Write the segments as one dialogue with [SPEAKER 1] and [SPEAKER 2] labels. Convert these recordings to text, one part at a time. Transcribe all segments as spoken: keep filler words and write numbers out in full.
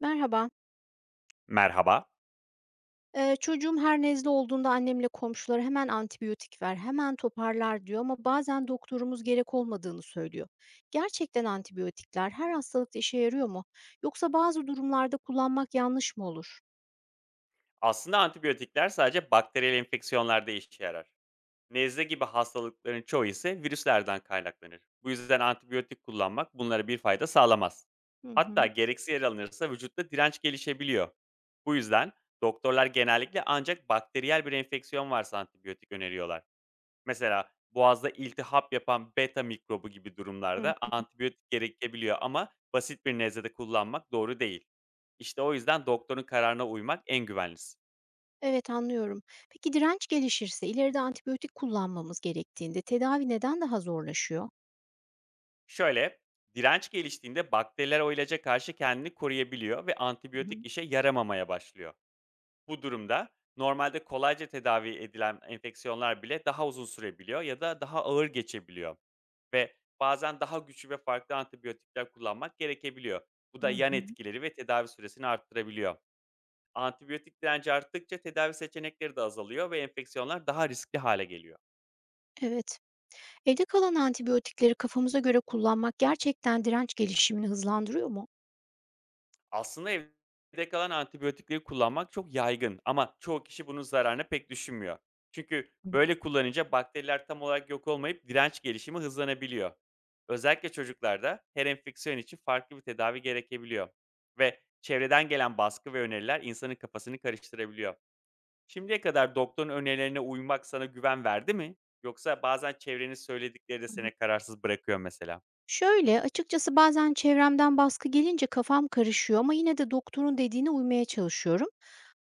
[SPEAKER 1] Merhaba.
[SPEAKER 2] Merhaba.
[SPEAKER 1] Eee, çocuğum her nezle olduğunda annemle komşuları hemen antibiyotik ver, hemen toparlar diyor ama bazen doktorumuz gerek olmadığını söylüyor. Gerçekten antibiyotikler her hastalıkta işe yarıyor mu? Yoksa bazı durumlarda kullanmak yanlış mı olur?
[SPEAKER 2] Aslında antibiyotikler sadece bakteriyel enfeksiyonlarda işe yarar. Nezle gibi hastalıkların çoğu ise virüslerden kaynaklanır. Bu yüzden antibiyotik kullanmak bunlara bir fayda sağlamaz.
[SPEAKER 1] Hı
[SPEAKER 2] Hatta
[SPEAKER 1] hı.
[SPEAKER 2] gereksiz yer alınırsa vücutta direnç gelişebiliyor. Bu yüzden doktorlar genellikle ancak bakteriyel bir enfeksiyon varsa antibiyotik öneriyorlar. Mesela boğazda iltihap yapan beta mikrobu gibi durumlarda
[SPEAKER 1] Hı.
[SPEAKER 2] antibiyotik gerekebiliyor ama basit bir nezlede kullanmak doğru değil. İşte o yüzden doktorun kararına uymak en güvenlisi.
[SPEAKER 1] Evet, anlıyorum. Peki direnç gelişirse ileride antibiyotik kullanmamız gerektiğinde tedavi neden daha zorlaşıyor?
[SPEAKER 2] Şöyle, direnç geliştiğinde bakteriler o ilaca karşı kendini koruyabiliyor ve
[SPEAKER 1] Hı
[SPEAKER 2] antibiyotik
[SPEAKER 1] hı.
[SPEAKER 2] işe yaramamaya başlıyor. Bu durumda normalde kolayca tedavi edilen enfeksiyonlar bile daha uzun sürebiliyor ya da daha ağır geçebiliyor. Ve bazen daha güçlü ve farklı antibiyotikler kullanmak gerekebiliyor. Bu da
[SPEAKER 1] Hı
[SPEAKER 2] yan
[SPEAKER 1] hı.
[SPEAKER 2] etkileri ve tedavi süresini arttırabiliyor. Antibiyotik direnci arttıkça tedavi seçenekleri de azalıyor ve enfeksiyonlar daha riskli hale geliyor.
[SPEAKER 1] Evet. Evde kalan antibiyotikleri kafamıza göre kullanmak gerçekten direnç gelişimini hızlandırıyor mu?
[SPEAKER 2] Aslında evde kalan antibiyotikleri kullanmak çok yaygın ama çoğu kişi bunun zararını pek düşünmüyor. Çünkü
[SPEAKER 1] Hı hı.
[SPEAKER 2] böyle kullanınca bakteriler tam olarak yok olmayıp direnç gelişimi hızlanabiliyor. Özellikle çocuklarda her enfeksiyon için farklı bir tedavi gerekebiliyor. Ve çevreden gelen baskı ve öneriler insanın kafasını karıştırabiliyor. Şimdiye kadar doktorun önerilerine uymak sana güven verdi mi? Yoksa bazen çevrenin söyledikleri de seni kararsız bırakıyor mesela.
[SPEAKER 1] Şöyle, açıkçası bazen çevremden baskı gelince kafam karışıyor ama yine de doktorun dediğine uymaya çalışıyorum.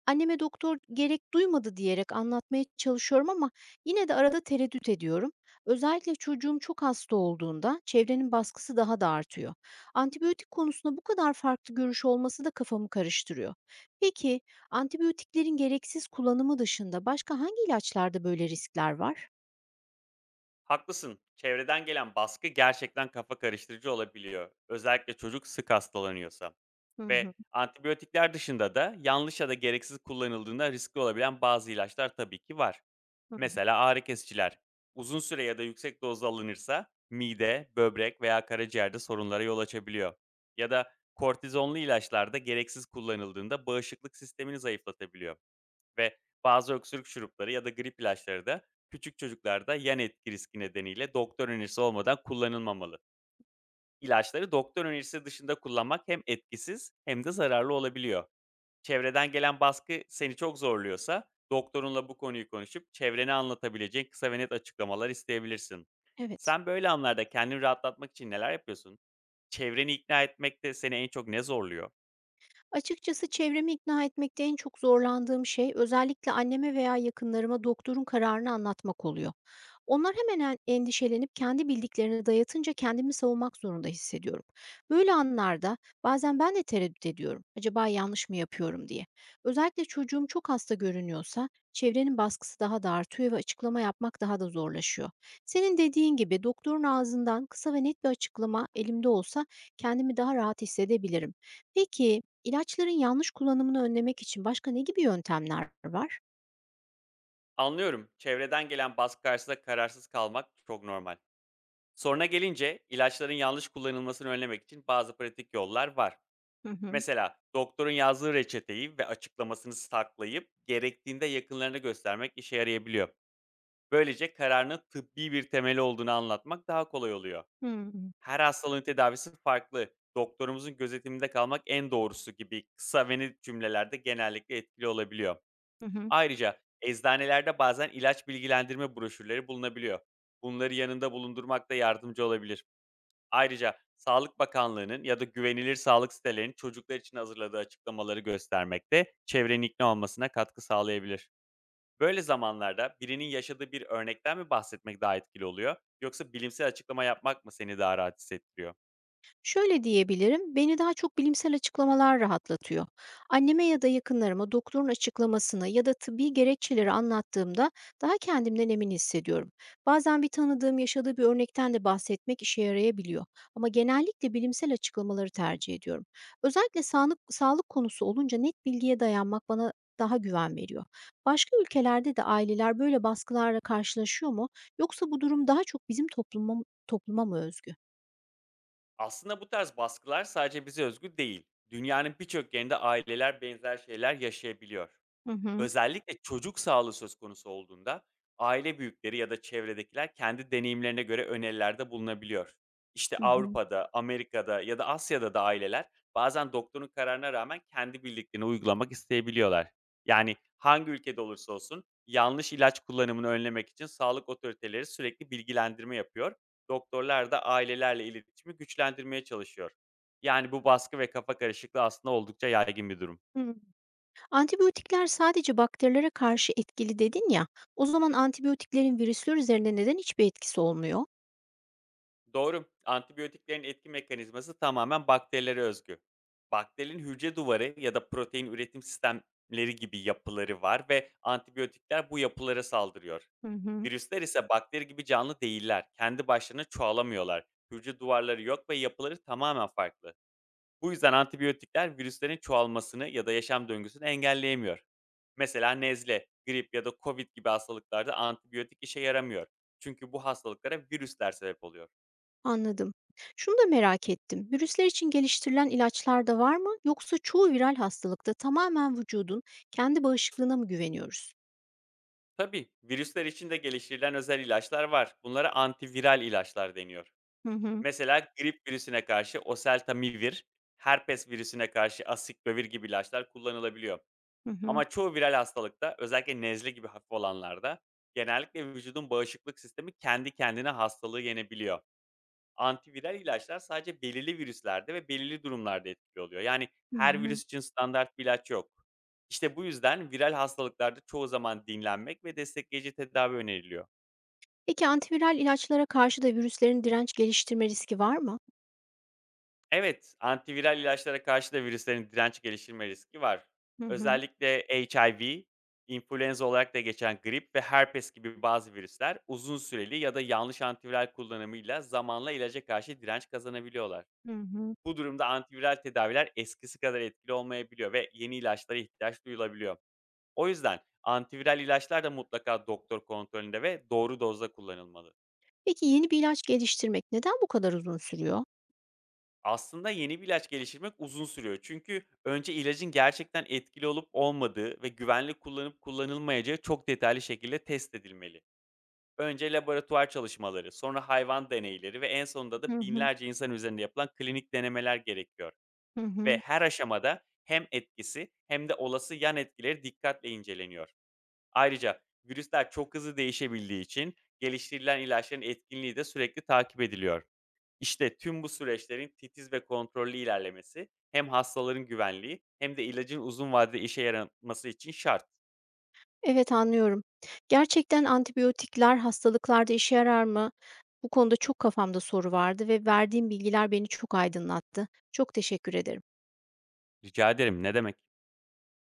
[SPEAKER 1] Anneme doktor gerek duymadı diyerek anlatmaya çalışıyorum ama yine de arada tereddüt ediyorum. Özellikle çocuğum çok hasta olduğunda çevrenin baskısı daha da artıyor. Antibiyotik konusunda bu kadar farklı görüş olması da kafamı karıştırıyor. Peki, antibiyotiklerin gereksiz kullanımı dışında başka hangi ilaçlarda böyle riskler var?
[SPEAKER 2] Haklısın. Çevreden gelen baskı gerçekten kafa karıştırıcı olabiliyor, özellikle çocuk sık hastalanıyorsa.
[SPEAKER 1] Hı hı,
[SPEAKER 2] Ve antibiyotikler dışında da yanlış ya da gereksiz kullanıldığında riskli olabilen bazı ilaçlar tabii ki var.
[SPEAKER 1] hı hı.
[SPEAKER 2] Mesela ağrı kesiciler. Uzun süre ya da yüksek dozda alınırsa mide, böbrek veya karaciğerde sorunlara yol açabiliyor. Ya da kortizonlu ilaçlar da gereksiz kullanıldığında bağışıklık sistemini zayıflatabiliyor ve bazı öksürük şurupları ya da grip ilaçları da küçük çocuklarda yan etki riski nedeniyle doktor önerisi olmadan kullanılmamalı. İlaçları doktor önerisi dışında kullanmak hem etkisiz hem de zararlı olabiliyor. Çevreden gelen baskı seni çok zorluyorsa doktorunla bu konuyu konuşup çevreni anlatabileceğin kısa ve net açıklamalar isteyebilirsin.
[SPEAKER 1] Evet.
[SPEAKER 2] Sen böyle anlarda kendini rahatlatmak için neler yapıyorsun? Çevreni ikna etmekte seni en çok ne zorluyor?
[SPEAKER 1] Açıkçası çevremi ikna etmekte en çok zorlandığım şey, özellikle anneme veya yakınlarıma doktorun kararını anlatmak oluyor. Onlar hemen en endişelenip kendi bildiklerini dayatınca kendimi savunmak zorunda hissediyorum. Böyle anlarda bazen ben de tereddüt ediyorum. Acaba yanlış mı yapıyorum diye. Özellikle çocuğum çok hasta görünüyorsa çevrenin baskısı daha da artıyor ve açıklama yapmak daha da zorlaşıyor. Senin dediğin gibi doktorun ağzından kısa ve net bir açıklama elimde olsa kendimi daha rahat hissedebilirim. Peki ilaçların yanlış kullanımını önlemek için başka ne gibi yöntemler var?
[SPEAKER 2] Anlıyorum. Çevreden gelen baskı karşısında kararsız kalmak çok normal. Soruna gelince, ilaçların yanlış kullanılmasını önlemek için bazı pratik yollar var.
[SPEAKER 1] Hı hı.
[SPEAKER 2] Mesela doktorun yazdığı reçeteyi ve açıklamasını saklayıp gerektiğinde yakınlarına göstermek işe yarayabiliyor. Böylece kararının tıbbi bir temeli olduğunu anlatmak daha kolay oluyor.
[SPEAKER 1] Hı hı.
[SPEAKER 2] Her hastalığın tedavisi farklı. "Doktorumuzun gözetiminde kalmak en doğrusu" gibi kısa ve net cümlelerde genellikle etkili olabiliyor.
[SPEAKER 1] Hı hı.
[SPEAKER 2] Ayrıca eczanelerde bazen ilaç bilgilendirme broşürleri bulunabiliyor. Bunları yanında bulundurmak da yardımcı olabilir. Ayrıca Sağlık Bakanlığı'nın ya da güvenilir sağlık sitelerinin çocuklar için hazırladığı açıklamaları göstermek de çevrenin ikna olmasına katkı sağlayabilir. Böyle zamanlarda birinin yaşadığı bir örnekten mi bahsetmek daha etkili oluyor, yoksa bilimsel açıklama yapmak mı seni daha rahat hissettiriyor?
[SPEAKER 1] Şöyle diyebilirim, beni daha çok bilimsel açıklamalar rahatlatıyor. Anneme ya da yakınlarıma doktorun açıklamasını ya da tıbbi gerekçeleri anlattığımda daha kendimden emin hissediyorum. Bazen bir tanıdığım yaşadığı bir örnekten de bahsetmek işe yarayabiliyor. Ama genellikle bilimsel açıklamaları tercih ediyorum. Özellikle sağlık, sağlık konusu olunca net bilgiye dayanmak bana daha güven veriyor. Başka ülkelerde de aileler böyle baskılarla karşılaşıyor mu? Yoksa bu durum daha çok bizim topluma, topluma mı özgü?
[SPEAKER 2] Aslında bu tarz baskılar sadece bize özgü değil. Dünyanın birçok yerinde aileler benzer şeyler yaşayabiliyor.
[SPEAKER 1] Hı hı.
[SPEAKER 2] Özellikle çocuk sağlığı söz konusu olduğunda aile büyükleri ya da çevredekiler kendi deneyimlerine göre önerilerde bulunabiliyor. İşte
[SPEAKER 1] Hı hı.
[SPEAKER 2] Avrupa'da, Amerika'da ya da Asya'da da aileler bazen doktorun kararına rağmen kendi bildiklerini uygulamak isteyebiliyorlar. Yani hangi ülkede olursa olsun yanlış ilaç kullanımını önlemek için sağlık otoriteleri sürekli bilgilendirme yapıyor. Doktorlar da ailelerle iletişimi güçlendirmeye çalışıyor. Yani bu baskı ve kafa karışıklığı aslında oldukça yaygın bir durum.
[SPEAKER 1] Hımm. Antibiyotikler sadece bakterilere karşı etkili dedin ya, o zaman antibiyotiklerin virüsler üzerinde neden hiçbir etkisi olmuyor?
[SPEAKER 2] Doğru. Antibiyotiklerin etki mekanizması tamamen bakterilere özgü. Bakterinin hücre duvarı ya da protein üretim sistemleri gibi yapıları var ve antibiyotikler bu yapılara saldırıyor.
[SPEAKER 1] Hı hı.
[SPEAKER 2] Virüsler ise bakteri gibi canlı değiller. Kendi başlarına çoğalamıyorlar. Hücre duvarları yok ve yapıları tamamen farklı. Bu yüzden antibiyotikler virüslerin çoğalmasını ya da yaşam döngüsünü engelleyemiyor. Mesela nezle, grip ya da covid gibi hastalıklarda antibiyotik işe yaramıyor. Çünkü bu hastalıklara virüsler sebep oluyor.
[SPEAKER 1] Anladım. Şunu da merak ettim. Virüsler için geliştirilen ilaçlar da var mı, yoksa çoğu viral hastalıkta tamamen vücudun kendi bağışıklığına mı güveniyoruz?
[SPEAKER 2] Tabii, virüsler için de geliştirilen özel ilaçlar var. Bunlara antiviral ilaçlar deniyor.
[SPEAKER 1] Hı hı.
[SPEAKER 2] Mesela grip virüsüne karşı oseltamivir, herpes virüsüne karşı asiklovir gibi ilaçlar kullanılabiliyor.
[SPEAKER 1] Hı hı.
[SPEAKER 2] Ama çoğu viral hastalıkta, özellikle nezle gibi hafif olanlarda genellikle vücudun bağışıklık sistemi kendi kendine hastalığı yenebiliyor. Antiviral ilaçlar sadece belirli virüslerde ve belirli durumlarda etkili oluyor. Yani
[SPEAKER 1] Hı
[SPEAKER 2] her
[SPEAKER 1] hı.
[SPEAKER 2] virüs için standart bir ilaç yok. İşte bu yüzden viral hastalıklarda çoğu zaman dinlenmek ve destekleyici tedavi öneriliyor.
[SPEAKER 1] Peki antiviral ilaçlara karşı da virüslerin direnç geliştirme riski var mı?
[SPEAKER 2] Evet, antiviral ilaçlara karşı da virüslerin direnç geliştirme riski var.
[SPEAKER 1] Hı hı.
[SPEAKER 2] Özellikle H I V, influenza olarak da geçen grip ve herpes gibi bazı virüsler uzun süreli ya da yanlış antiviral kullanımıyla zamanla ilaca karşı direnç kazanabiliyorlar.
[SPEAKER 1] Hı hı.
[SPEAKER 2] Bu durumda antiviral tedaviler eskisi kadar etkili olmayabiliyor ve yeni ilaçlara ihtiyaç duyulabiliyor. O yüzden antiviral ilaçlar da mutlaka doktor kontrolünde ve doğru dozda kullanılmalı.
[SPEAKER 1] Peki yeni bir ilaç geliştirmek neden bu kadar uzun sürüyor?
[SPEAKER 2] Aslında yeni bir ilaç geliştirmek uzun sürüyor. Çünkü önce ilacın gerçekten etkili olup olmadığı ve güvenli kullanıp kullanılmayacağı çok detaylı şekilde test edilmeli. Önce laboratuvar çalışmaları, sonra hayvan deneyleri ve en sonunda
[SPEAKER 1] Hı
[SPEAKER 2] da
[SPEAKER 1] hı.
[SPEAKER 2] binlerce insan üzerinde yapılan klinik denemeler gerekiyor.
[SPEAKER 1] Hı
[SPEAKER 2] Ve
[SPEAKER 1] hı.
[SPEAKER 2] her aşamada hem etkisi hem de olası yan etkileri dikkatle inceleniyor. Ayrıca virüsler çok hızlı değişebildiği için geliştirilen ilaçların etkinliği de sürekli takip ediliyor. İşte tüm bu süreçlerin titiz ve kontrollü ilerlemesi hem hastaların güvenliği hem de ilacın uzun vadede işe yaraması için şart.
[SPEAKER 1] Evet, anlıyorum. Gerçekten antibiyotikler hastalıklarda işe yarar mı? Bu konuda çok kafamda soru vardı ve verdiğin bilgiler beni çok aydınlattı. Çok teşekkür ederim.
[SPEAKER 2] Rica ederim, ne demek.